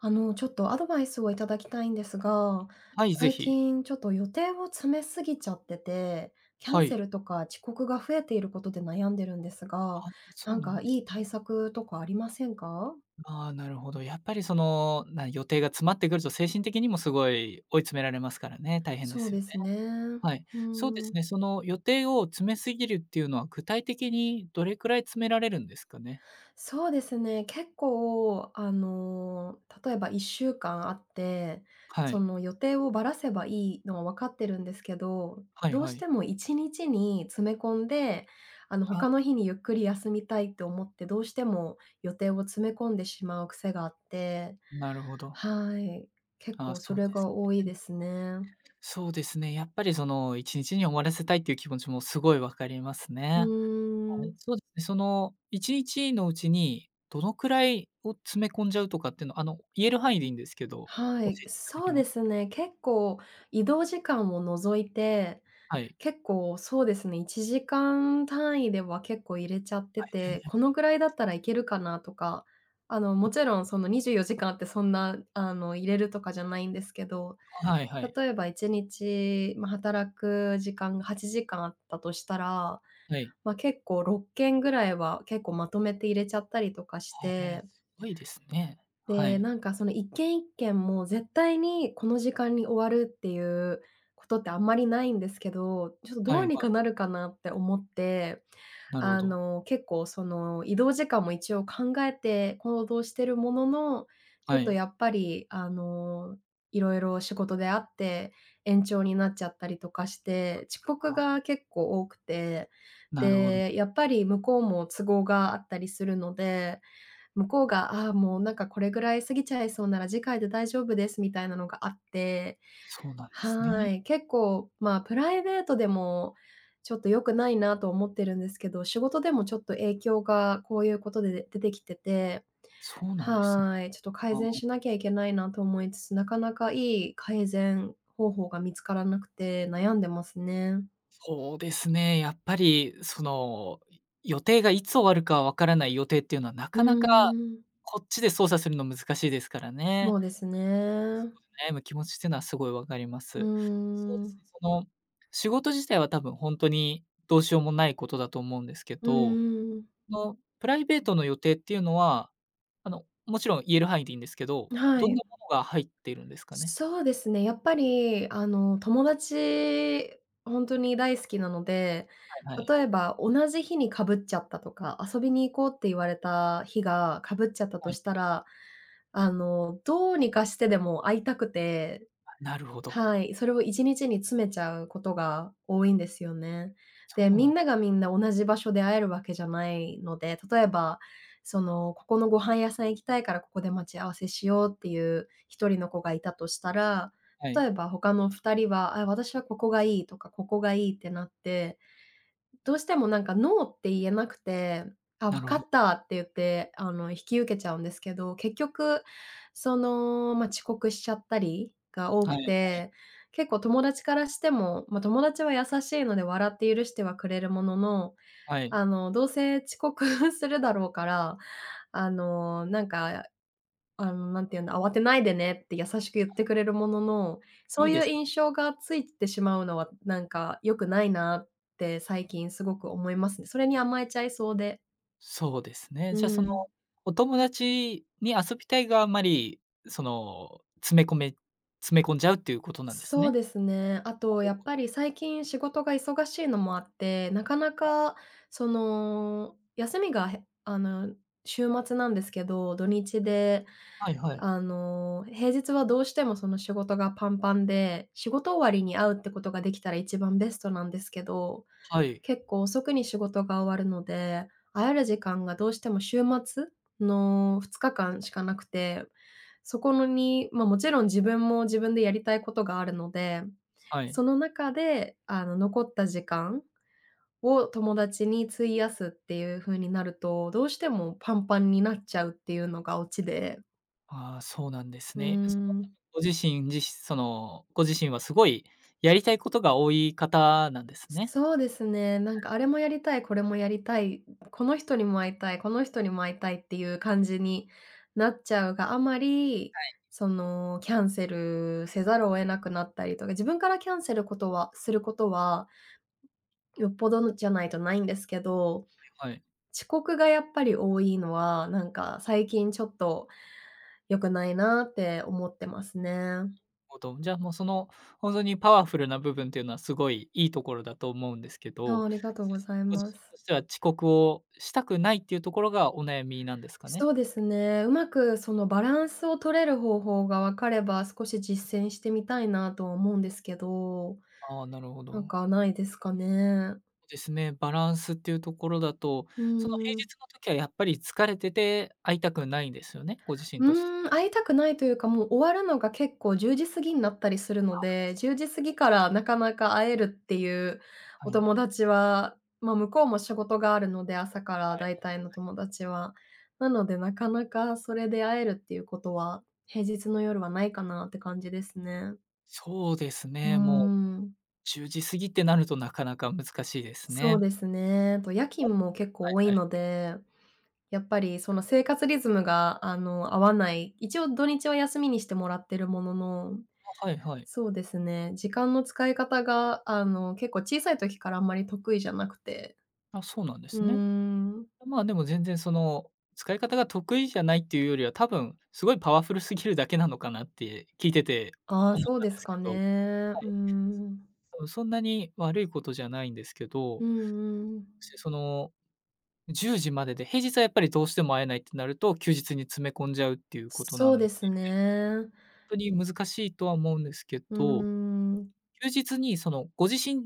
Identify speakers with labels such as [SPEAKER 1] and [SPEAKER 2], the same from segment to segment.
[SPEAKER 1] ちょっとアドバイスをいただきたいんですが、
[SPEAKER 2] はい、ぜ
[SPEAKER 1] 最
[SPEAKER 2] ひ。
[SPEAKER 1] 近ちょっと予定を詰めすぎちゃってて、キャン
[SPEAKER 2] は
[SPEAKER 1] セ
[SPEAKER 2] い。
[SPEAKER 1] ルとか遅刻が増えていることで悩んでるんですが、な
[SPEAKER 2] そう
[SPEAKER 1] ん
[SPEAKER 2] なん
[SPEAKER 1] か
[SPEAKER 2] で
[SPEAKER 1] い
[SPEAKER 2] す
[SPEAKER 1] い
[SPEAKER 2] ね。
[SPEAKER 1] 対策とかありませんか？
[SPEAKER 2] ああ、なるほど。やっぱりその、な予定が詰まってくると、精神的にもすごい追い詰められますからね、大変で
[SPEAKER 1] そう
[SPEAKER 2] すよ
[SPEAKER 1] で
[SPEAKER 2] ね。
[SPEAKER 1] すね。
[SPEAKER 2] はい。
[SPEAKER 1] う
[SPEAKER 2] そうで
[SPEAKER 1] ん。
[SPEAKER 2] すね、その予定を詰めすぎるっていうのは、具体的にどれくらい詰められるんですかね？
[SPEAKER 1] そうですね、結構、例えば1週間あって、
[SPEAKER 2] は
[SPEAKER 1] そ
[SPEAKER 2] い。
[SPEAKER 1] の予定をばらせばいいのは分かってるんですけど、
[SPEAKER 2] はい
[SPEAKER 1] どう
[SPEAKER 2] は
[SPEAKER 1] して
[SPEAKER 2] い。
[SPEAKER 1] も1日にちに詰め込んで、他の
[SPEAKER 2] あ。
[SPEAKER 1] 日にゆっくり休みたいと思って、どうしても予定を詰め込んでしまう癖があって、
[SPEAKER 2] なるほど。
[SPEAKER 1] はい、結
[SPEAKER 2] あ
[SPEAKER 1] 構そ
[SPEAKER 2] そうで
[SPEAKER 1] れ
[SPEAKER 2] す。
[SPEAKER 1] が多いですね。
[SPEAKER 2] そうですね、やっぱりその、1日に終わらせたいっていう気持ちもすごいわかります
[SPEAKER 1] う
[SPEAKER 2] ね。
[SPEAKER 1] ー
[SPEAKER 2] はい、
[SPEAKER 1] ん、
[SPEAKER 2] そうですね、その1日のうちにどのくらいを詰め込んじゃうとかっていうの、言える範囲でいいんですけど、
[SPEAKER 1] は
[SPEAKER 2] 教
[SPEAKER 1] い、
[SPEAKER 2] えていただ
[SPEAKER 1] そ
[SPEAKER 2] け
[SPEAKER 1] う
[SPEAKER 2] ま
[SPEAKER 1] で
[SPEAKER 2] す？
[SPEAKER 1] すね、結構移動時間を除いて
[SPEAKER 2] はい。
[SPEAKER 1] 結構そうですね、1時間単位では結構入れちゃって
[SPEAKER 2] へ
[SPEAKER 1] て、こ
[SPEAKER 2] え、
[SPEAKER 1] のぐらいだったらいけるかなとか、もちろんその24時間ってそんな、入れるとかじゃないんですけど、
[SPEAKER 2] はいはい。
[SPEAKER 1] 例えば1日、まあ、働く時間が8時間あったとしたら、
[SPEAKER 2] はい。
[SPEAKER 1] まあ、結構6件ぐらいは結構まとめて入れちゃったりとかし
[SPEAKER 2] へえ、
[SPEAKER 1] て、
[SPEAKER 2] すごいですね。は
[SPEAKER 1] で、
[SPEAKER 2] い。
[SPEAKER 1] なんかその一軒一軒も絶対にこの時間に終わるっていうことってあんまりないんですけど、ちょっとど
[SPEAKER 2] はい
[SPEAKER 1] う
[SPEAKER 2] は
[SPEAKER 1] にかな
[SPEAKER 2] い。
[SPEAKER 1] るかなって思って
[SPEAKER 2] なるほど。
[SPEAKER 1] 結構その、移動時間も一応考えて行動してるものの、ちょ
[SPEAKER 2] は
[SPEAKER 1] っと
[SPEAKER 2] い。
[SPEAKER 1] やっぱり、いろいろ仕事であって、延長になっちゃったりとかして、遅刻
[SPEAKER 2] あ、
[SPEAKER 1] が結構多くて、
[SPEAKER 2] なるほど。
[SPEAKER 1] で、やっぱり向こうも都合があったりするので、向こうが、ああ、もうなんかこれぐらい過ぎちゃいそうなら次回で大丈夫ですみたいなのがあって、
[SPEAKER 2] そうなんですね。
[SPEAKER 1] はい、結構、まあ、プライベートでもちょっと良くないなと思ってるんですけど、仕事でもちょっと影響がこういうことで出てきてて、
[SPEAKER 2] そうなんですね。
[SPEAKER 1] はい、ちょっと改
[SPEAKER 2] ああ、
[SPEAKER 1] 善しなきゃいけないなと思いつつ、なかなかいい改善方法が見つからなくて悩んでますね。
[SPEAKER 2] そうですね、やっぱりその、予定がいつ終わるかわからない予定っていうのはな
[SPEAKER 1] う
[SPEAKER 2] かなか
[SPEAKER 1] ーん、
[SPEAKER 2] こっちで操作するの難しいですから
[SPEAKER 1] そ
[SPEAKER 2] ね。
[SPEAKER 1] うですね。
[SPEAKER 2] 悩む気持ちっていうのはすごいわかりま
[SPEAKER 1] うー
[SPEAKER 2] す。そうです
[SPEAKER 1] ん、
[SPEAKER 2] ね、その、仕事自体は多分本当にどうしようもないことだと思うんですけ
[SPEAKER 1] う
[SPEAKER 2] ど、
[SPEAKER 1] ーん、
[SPEAKER 2] その、プライベートの予定っていうのは、もちろん言える範囲でいいんですけど、
[SPEAKER 1] は
[SPEAKER 2] どん
[SPEAKER 1] い。
[SPEAKER 2] なものが入っているんですかね？
[SPEAKER 1] そうですね、やっぱり、友達、本当に大好きなので、
[SPEAKER 2] はいはい。
[SPEAKER 1] 例えば同じ日にかぶっちゃったとか、遊びに行こうって言われた日がかぶっちゃったと
[SPEAKER 2] はい、
[SPEAKER 1] したら、どうにかしてでも会いたくて、
[SPEAKER 2] あ、なるほど。
[SPEAKER 1] はい、それを1日にちに詰めちゃうことが多いんですよね。
[SPEAKER 2] そ
[SPEAKER 1] で、
[SPEAKER 2] う
[SPEAKER 1] み
[SPEAKER 2] なん
[SPEAKER 1] んながみんな同じ場所で会えるわけじゃないので、例えば、その、ここのご飯屋さん行きたいからここで待ち合わせしようっていう一人の子がいたとしたら、
[SPEAKER 2] は
[SPEAKER 1] 例
[SPEAKER 2] い、
[SPEAKER 1] えば他の2人は、あ、私はここがいいとか、ここがいいってなってどうしてもなんかノーって言えなくて、あ、
[SPEAKER 2] な
[SPEAKER 1] 分
[SPEAKER 2] る
[SPEAKER 1] か
[SPEAKER 2] ほど。
[SPEAKER 1] ったって言って、引き受けちゃうんですけど、結局、その、ま、遅刻しちゃったりが多
[SPEAKER 2] は
[SPEAKER 1] く
[SPEAKER 2] い、
[SPEAKER 1] て、結構友達からしても、ま、友達は優しいので笑って許してはくれるものの、
[SPEAKER 2] はい。
[SPEAKER 1] どうせ遅刻 するだろうから、あの、なんかなんていうんだ、慌てないでねって優しく言ってくれるものの、そ
[SPEAKER 2] い
[SPEAKER 1] う
[SPEAKER 2] いで
[SPEAKER 1] いう
[SPEAKER 2] す
[SPEAKER 1] 印
[SPEAKER 2] ね。
[SPEAKER 1] 象がついてしまうのは、なんか良くないなって最近すごく思いますね。それに甘えちゃいそうで。
[SPEAKER 2] そうですね。
[SPEAKER 1] う
[SPEAKER 2] じゃあ、その、
[SPEAKER 1] ん。
[SPEAKER 2] お友達に遊びたいがあまり、その、詰め込んじゃうっていうことなんです
[SPEAKER 1] そう
[SPEAKER 2] ね。
[SPEAKER 1] ですね。あとやっぱり最近仕事が忙しいのもあって、なかなかその、休みが、へあの、週末なんですけど、土日で
[SPEAKER 2] はいはい。
[SPEAKER 1] 平日はどうしてもその仕事がパンパンで、仕事終わりに会うってことができたら一番ベストなんですけど、
[SPEAKER 2] はい、
[SPEAKER 1] 結構遅くに仕事が終わるので、会える時間がどうしても週末の2日間しかなくて、そこのに、まあ、もちろん自分も自分でやりたいことがあるので、
[SPEAKER 2] は
[SPEAKER 1] そ
[SPEAKER 2] い。
[SPEAKER 1] の中で、残った時間を友達に費やすっていう風になると、どうしてもパンパンになっちゃうっていうのがオチで。
[SPEAKER 2] ああ、そうなんです
[SPEAKER 1] うー
[SPEAKER 2] ね。その、
[SPEAKER 1] ん。
[SPEAKER 2] ご自身自しその、ご自身はすごいやりたいことが多い方なんですね。
[SPEAKER 1] そうですね。なんかあれもやりたい、これもやりたい、この人にも会いたい、この人にも会いたいっていう感じになっちゃうがあまり、その、キャンセルせざるを得なくなったりとか、自分からキャンセルことはすることは、よっぽどじゃないとないんですけど、
[SPEAKER 2] はい。
[SPEAKER 1] 遅刻がやっぱり多いのは、なんか最近ちょっと良くないなって思ってますね。
[SPEAKER 2] じゃあ、もう、その、ほんとにパワフルな部分っていうのはすごいいいところだと思うんですけ
[SPEAKER 1] ああ、
[SPEAKER 2] ど、
[SPEAKER 1] ありがとう
[SPEAKER 2] そ
[SPEAKER 1] ご
[SPEAKER 2] うす。
[SPEAKER 1] ざい
[SPEAKER 2] ご自
[SPEAKER 1] ま
[SPEAKER 2] 身
[SPEAKER 1] す。
[SPEAKER 2] としては遅刻をしたくないっていうところがお悩みなんですか
[SPEAKER 1] そ
[SPEAKER 2] ね？
[SPEAKER 1] うですね。うまくそのバランスを取れる方法が分かれば、少し実践してみたいなとは思うんですけど、
[SPEAKER 2] ああ、なるほ
[SPEAKER 1] なん
[SPEAKER 2] ど。
[SPEAKER 1] かないですかね。
[SPEAKER 2] ですね、バランスっていうところだと、
[SPEAKER 1] う
[SPEAKER 2] その平
[SPEAKER 1] ーん。
[SPEAKER 2] 日の時はやっぱり疲れてて会いたくないんですよね？ご自身
[SPEAKER 1] う
[SPEAKER 2] としては。
[SPEAKER 1] ーん、会いたくないというか、もう終わるのが結構10時過ぎになったりするので、10時過
[SPEAKER 2] は
[SPEAKER 1] ぎ
[SPEAKER 2] い。
[SPEAKER 1] からなかなか会えるっていう
[SPEAKER 2] は
[SPEAKER 1] お
[SPEAKER 2] い。
[SPEAKER 1] 友達は、ま、向こうも仕事があるので、朝か
[SPEAKER 2] は
[SPEAKER 1] ら
[SPEAKER 2] い。
[SPEAKER 1] 大体の友達は。なので、なかなかそれで会えるっていうことは、平日の夜はないかなって感じですね。
[SPEAKER 2] そうです
[SPEAKER 1] うー
[SPEAKER 2] ね、もう
[SPEAKER 1] ん、
[SPEAKER 2] 10時過ぎってなるとなかなか難しいです
[SPEAKER 1] そう
[SPEAKER 2] ね。
[SPEAKER 1] ですね。と、夜勤も結
[SPEAKER 2] は
[SPEAKER 1] 構
[SPEAKER 2] い
[SPEAKER 1] 多い
[SPEAKER 2] はい。
[SPEAKER 1] ので、やっぱりその生活リズムが、合わない、一応土日は休みにしてもらってるものの、
[SPEAKER 2] あ、はいはい。
[SPEAKER 1] そうですね、時間の使い方が、結構小さい時からあんまり得意じゃなくて。
[SPEAKER 2] あ、そうなんで
[SPEAKER 1] うー
[SPEAKER 2] すね。
[SPEAKER 1] ん。
[SPEAKER 2] まあ、でも全然その、使い方が得意じゃないっていうよりは、多分すごいパワフルすぎるだけなのかなって聞いてて
[SPEAKER 1] ああ、
[SPEAKER 2] 思っ
[SPEAKER 1] そう
[SPEAKER 2] たん
[SPEAKER 1] で
[SPEAKER 2] で
[SPEAKER 1] す
[SPEAKER 2] すけ
[SPEAKER 1] かね。う
[SPEAKER 2] ど、はい。
[SPEAKER 1] ーん。
[SPEAKER 2] そんなに悪いことじゃないんですけど、
[SPEAKER 1] うんうん。
[SPEAKER 2] その10時までで、平日はやっぱりどうしても会えないってなると、休日に詰め込んじゃうっていうことな
[SPEAKER 1] そう
[SPEAKER 2] ん
[SPEAKER 1] ですね。
[SPEAKER 2] 本当に難しいとは思うんですけ
[SPEAKER 1] うー
[SPEAKER 2] ど、
[SPEAKER 1] ん。
[SPEAKER 2] 休日にそのご自身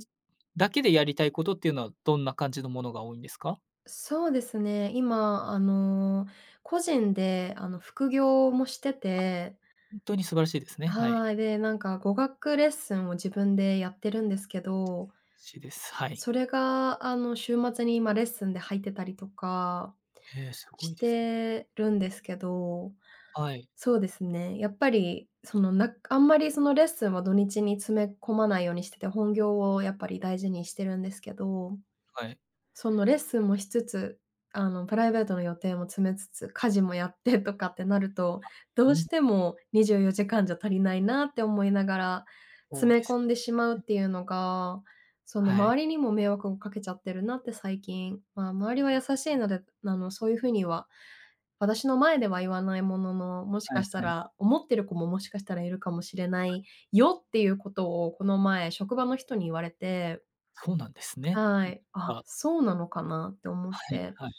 [SPEAKER 2] だけでやりたいことっていうのはどんな感じのものが多いんですか？
[SPEAKER 1] そうですね、今、個人で、副業もしてて、
[SPEAKER 2] 本当に素晴らしいですね。はい。
[SPEAKER 1] はい、で、なんか語学レッスンを自分でやってるんですけど、
[SPEAKER 2] しです。はい。
[SPEAKER 1] それが、週末に今レッスンで入ってたりとか
[SPEAKER 2] ええ、すご
[SPEAKER 1] し
[SPEAKER 2] いですね。
[SPEAKER 1] てるんですけど、
[SPEAKER 2] はい、
[SPEAKER 1] そうですね、やっぱり、その、なあんまりそのレッスンは土日に詰め込まないようにしてて、本業をやっぱり大事にしてるんですけど、
[SPEAKER 2] はい。
[SPEAKER 1] そのレッスンもしつつ、プライベートの予定も詰めつつ、家事もやってとかってなると、どう
[SPEAKER 2] 本
[SPEAKER 1] し
[SPEAKER 2] 当
[SPEAKER 1] ても24時間じかんじゃ足りないなって思いながら、詰
[SPEAKER 2] で
[SPEAKER 1] め
[SPEAKER 2] す。
[SPEAKER 1] 込んでしまうっていうのが、その
[SPEAKER 2] はい。
[SPEAKER 1] 周りにも迷惑をかけちゃってるなって最近、まあ、周りは優しいので、そういうふうには、私の前では言わないものの、もし
[SPEAKER 2] は
[SPEAKER 1] か
[SPEAKER 2] い
[SPEAKER 1] した
[SPEAKER 2] はい。
[SPEAKER 1] ら思ってる子ももしかしたらいるかもしれないよっていうことを、この前職場の人に言われて
[SPEAKER 2] そうなんですね。
[SPEAKER 1] は
[SPEAKER 2] なん
[SPEAKER 1] い。あ、
[SPEAKER 2] か
[SPEAKER 1] そうなのかなって思っ
[SPEAKER 2] はい
[SPEAKER 1] て。
[SPEAKER 2] はい。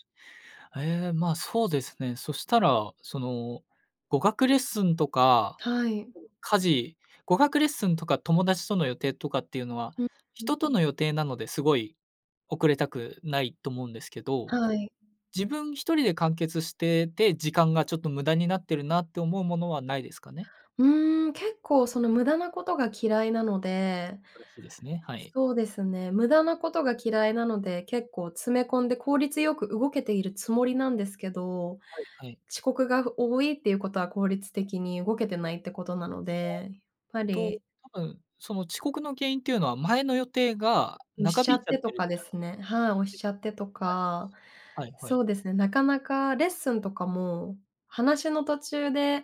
[SPEAKER 2] ええ、まあ、そうですね。そしたら、その、語学レッスンとか、
[SPEAKER 1] はい。
[SPEAKER 2] 家事語学レッスンとか友達との予定とかっていうのは、
[SPEAKER 1] うん、
[SPEAKER 2] 人との予定なのですごい遅れたくないと思うんですけど、
[SPEAKER 1] はい。
[SPEAKER 2] 自分一人で完結してて、時間がちょっと無駄になってるなって思うものはないですかね？
[SPEAKER 1] うーん、結構その無駄なことが嫌いなので、
[SPEAKER 2] 素晴らしいですね。ね、はい。
[SPEAKER 1] そうですね、無駄なことが嫌いなので、結構詰め込んで効率よく動けているつもりなんですけど、
[SPEAKER 2] はいはい。
[SPEAKER 1] 遅刻が多いっていうことは効率的に動けてないってことなので、やっぱ
[SPEAKER 2] と、
[SPEAKER 1] り
[SPEAKER 2] 多分その遅刻の原因っていうのは、前の予定が
[SPEAKER 1] 押し
[SPEAKER 2] 長
[SPEAKER 1] ちゃ
[SPEAKER 2] 引い
[SPEAKER 1] っ
[SPEAKER 2] ちゃっ
[SPEAKER 1] てと
[SPEAKER 2] てるみ
[SPEAKER 1] かで
[SPEAKER 2] た
[SPEAKER 1] す
[SPEAKER 2] い。
[SPEAKER 1] ねはい、押しちゃってと
[SPEAKER 2] はい。
[SPEAKER 1] か、
[SPEAKER 2] はいは
[SPEAKER 1] そ
[SPEAKER 2] い。
[SPEAKER 1] うですね、なかなかレッスンとかも、話の途中で、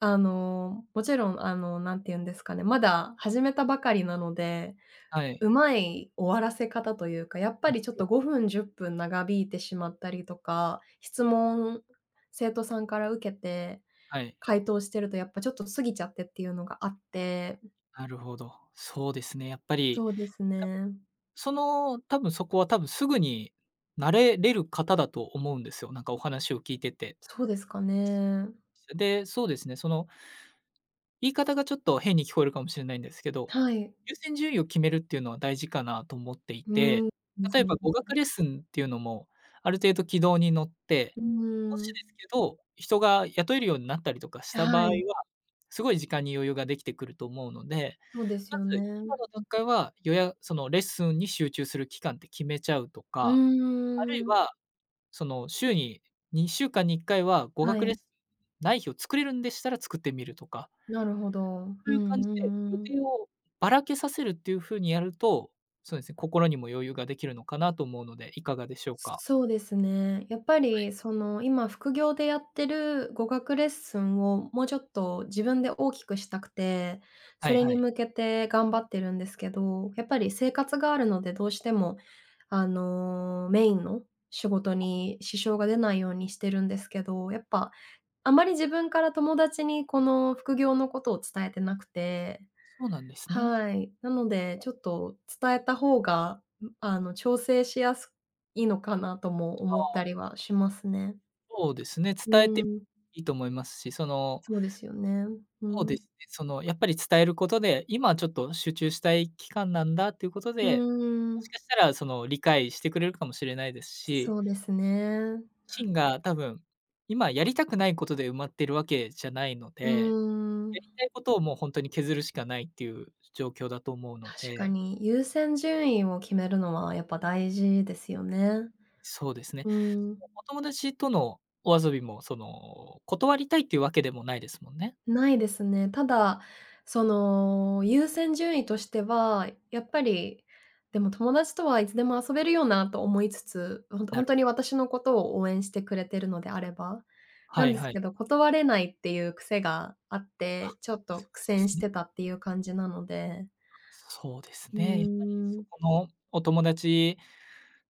[SPEAKER 1] もちろん、なんて言うんですかね、まだ始めたばかりなので、
[SPEAKER 2] はい。
[SPEAKER 1] うまい終わらせ方というか、やっぱ
[SPEAKER 2] な
[SPEAKER 1] りちょっ
[SPEAKER 2] る
[SPEAKER 1] と5分、10分長引いてしまったりとか、質問、生徒さんから受けて、
[SPEAKER 2] はい。
[SPEAKER 1] 回答してるとやっぱちょっと過ぎちゃってっていうのがあって、
[SPEAKER 2] なるほど。そうですね、やっぱり、
[SPEAKER 1] そうです
[SPEAKER 2] 多分
[SPEAKER 1] ね。
[SPEAKER 2] その、多分そこは多分すぐに慣れれる方だと思うんですよ、なんかお話を聞いてて。
[SPEAKER 1] そうですかね。
[SPEAKER 2] で、そうですね、その言い方がちょっと変に聞こえるかもしれないんですけど、
[SPEAKER 1] はい。
[SPEAKER 2] 優先順位を決めるっていうのは大事かなと思ってい
[SPEAKER 1] うー
[SPEAKER 2] て、
[SPEAKER 1] ん、です
[SPEAKER 2] 例え
[SPEAKER 1] ね。
[SPEAKER 2] ば語学レッスンっていうのも、ある程度軌道に乗って、
[SPEAKER 1] う
[SPEAKER 2] もし
[SPEAKER 1] ー
[SPEAKER 2] で
[SPEAKER 1] ん。
[SPEAKER 2] すけど、人が雇えるようになったりとかした場
[SPEAKER 1] は
[SPEAKER 2] 合は、
[SPEAKER 1] い、
[SPEAKER 2] すごい時間に余裕ができてくると思うので、
[SPEAKER 1] そうです
[SPEAKER 2] ま
[SPEAKER 1] よ
[SPEAKER 2] ず
[SPEAKER 1] ね。
[SPEAKER 2] 今の段階は、そのレッスンに集中する期間って決めちゃうと
[SPEAKER 1] う
[SPEAKER 2] か、あるい
[SPEAKER 1] ーん。
[SPEAKER 2] はその週に2週間に1回は語
[SPEAKER 1] は
[SPEAKER 2] 学レ
[SPEAKER 1] い、
[SPEAKER 2] ッスンない日を作れるんでしたら作ってみるとか、
[SPEAKER 1] なるほど。うん
[SPEAKER 2] そういう感じ
[SPEAKER 1] う
[SPEAKER 2] で、予
[SPEAKER 1] んうん。
[SPEAKER 2] 定をばらけさせるっていう風にやると、そうですね、心にも余裕ができるのかなと思うので、いかがでしょうか？
[SPEAKER 1] そうですね。やっぱりその、今副業でやってる語学レッスンをもうちょっと自分で大きくしたくて、
[SPEAKER 2] は
[SPEAKER 1] そ
[SPEAKER 2] い
[SPEAKER 1] れ
[SPEAKER 2] は
[SPEAKER 1] に
[SPEAKER 2] い。
[SPEAKER 1] 向けて頑張ってるんですけど、やっぱり生活があるのでどうしても、メインの仕事に支障が出ないようにしてるんですけど、やっぱあまり自分から友達にこの副業のことを伝えてなくて、
[SPEAKER 2] そうなんですね。
[SPEAKER 1] はい。なので、ちょっと伝えた方が、ん、調整しやすいのかなとも
[SPEAKER 2] あ
[SPEAKER 1] 思っ
[SPEAKER 2] あ、
[SPEAKER 1] たりはしますね。
[SPEAKER 2] そうですね、
[SPEAKER 1] う
[SPEAKER 2] 伝えて
[SPEAKER 1] ーん、
[SPEAKER 2] いいと思いますし、その、
[SPEAKER 1] そうですよね。う
[SPEAKER 2] そうで
[SPEAKER 1] ん。
[SPEAKER 2] すね、その、やっぱり伝えることで、今ちょっと集中したい期間なんだっていうこと
[SPEAKER 1] う
[SPEAKER 2] で、
[SPEAKER 1] ー
[SPEAKER 2] もし
[SPEAKER 1] ん、
[SPEAKER 2] かしたらその、理解してくれるかもしれないです
[SPEAKER 1] そ
[SPEAKER 2] し、
[SPEAKER 1] うですね。
[SPEAKER 2] 心が多分、今やりたくないことで埋まってるわけじゃないの
[SPEAKER 1] うー
[SPEAKER 2] で、
[SPEAKER 1] ん、
[SPEAKER 2] やりたいことをもう本当に削るしかないっていう状況だと思うの
[SPEAKER 1] 確か
[SPEAKER 2] で、
[SPEAKER 1] に優先順位を決めるのはやっぱ大事ですよね。
[SPEAKER 2] そうですね。
[SPEAKER 1] うーん。
[SPEAKER 2] お友達とのお遊びもその、断りたいっていうわけでもないですもんね。
[SPEAKER 1] ないですね。ただ、その、優先順位としては、やっぱり、でも友達とはいつでも遊べるよなと思いつつ、ほんと
[SPEAKER 2] な
[SPEAKER 1] ほん
[SPEAKER 2] る
[SPEAKER 1] と
[SPEAKER 2] ほ
[SPEAKER 1] に
[SPEAKER 2] ど。
[SPEAKER 1] 私のことを応援してくれてるのであれば、な
[SPEAKER 2] は
[SPEAKER 1] ん
[SPEAKER 2] い
[SPEAKER 1] です
[SPEAKER 2] はい。
[SPEAKER 1] けど、断れないっていう癖があっ
[SPEAKER 2] あ、
[SPEAKER 1] て、ちょっと
[SPEAKER 2] そ
[SPEAKER 1] 苦
[SPEAKER 2] うで
[SPEAKER 1] 戦し
[SPEAKER 2] すね。
[SPEAKER 1] てたっていう感じなので、
[SPEAKER 2] そうです
[SPEAKER 1] うー
[SPEAKER 2] ね。やっぱりそ
[SPEAKER 1] ん、
[SPEAKER 2] このお友達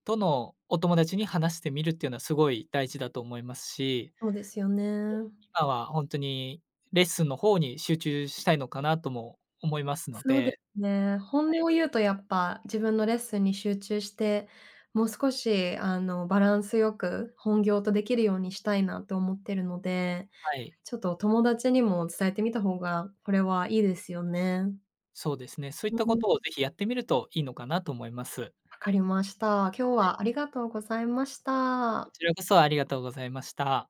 [SPEAKER 2] とのお友達に話してみるっていうのはすごい大事だと思いますし、
[SPEAKER 1] そうですよね。
[SPEAKER 2] 今は本当にレッスンの方に集中したいのかなとも思いますの
[SPEAKER 1] そうで
[SPEAKER 2] で、
[SPEAKER 1] すね。本音を言うとやっぱ自分のレッスンに集中して、もう少しバランスよく本業とできるようにしたいなと思ってるので、
[SPEAKER 2] はい。
[SPEAKER 1] ちょっと友達にも伝えてみた方がこれはいいですよね。
[SPEAKER 2] そうですね。そういっ
[SPEAKER 1] う
[SPEAKER 2] たこ
[SPEAKER 1] ん、
[SPEAKER 2] とをぜひやってみるといいのかなと思います。
[SPEAKER 1] わかりました。今日はありがとうございまし
[SPEAKER 2] こ
[SPEAKER 1] た。
[SPEAKER 2] ちらこそありがとうございました。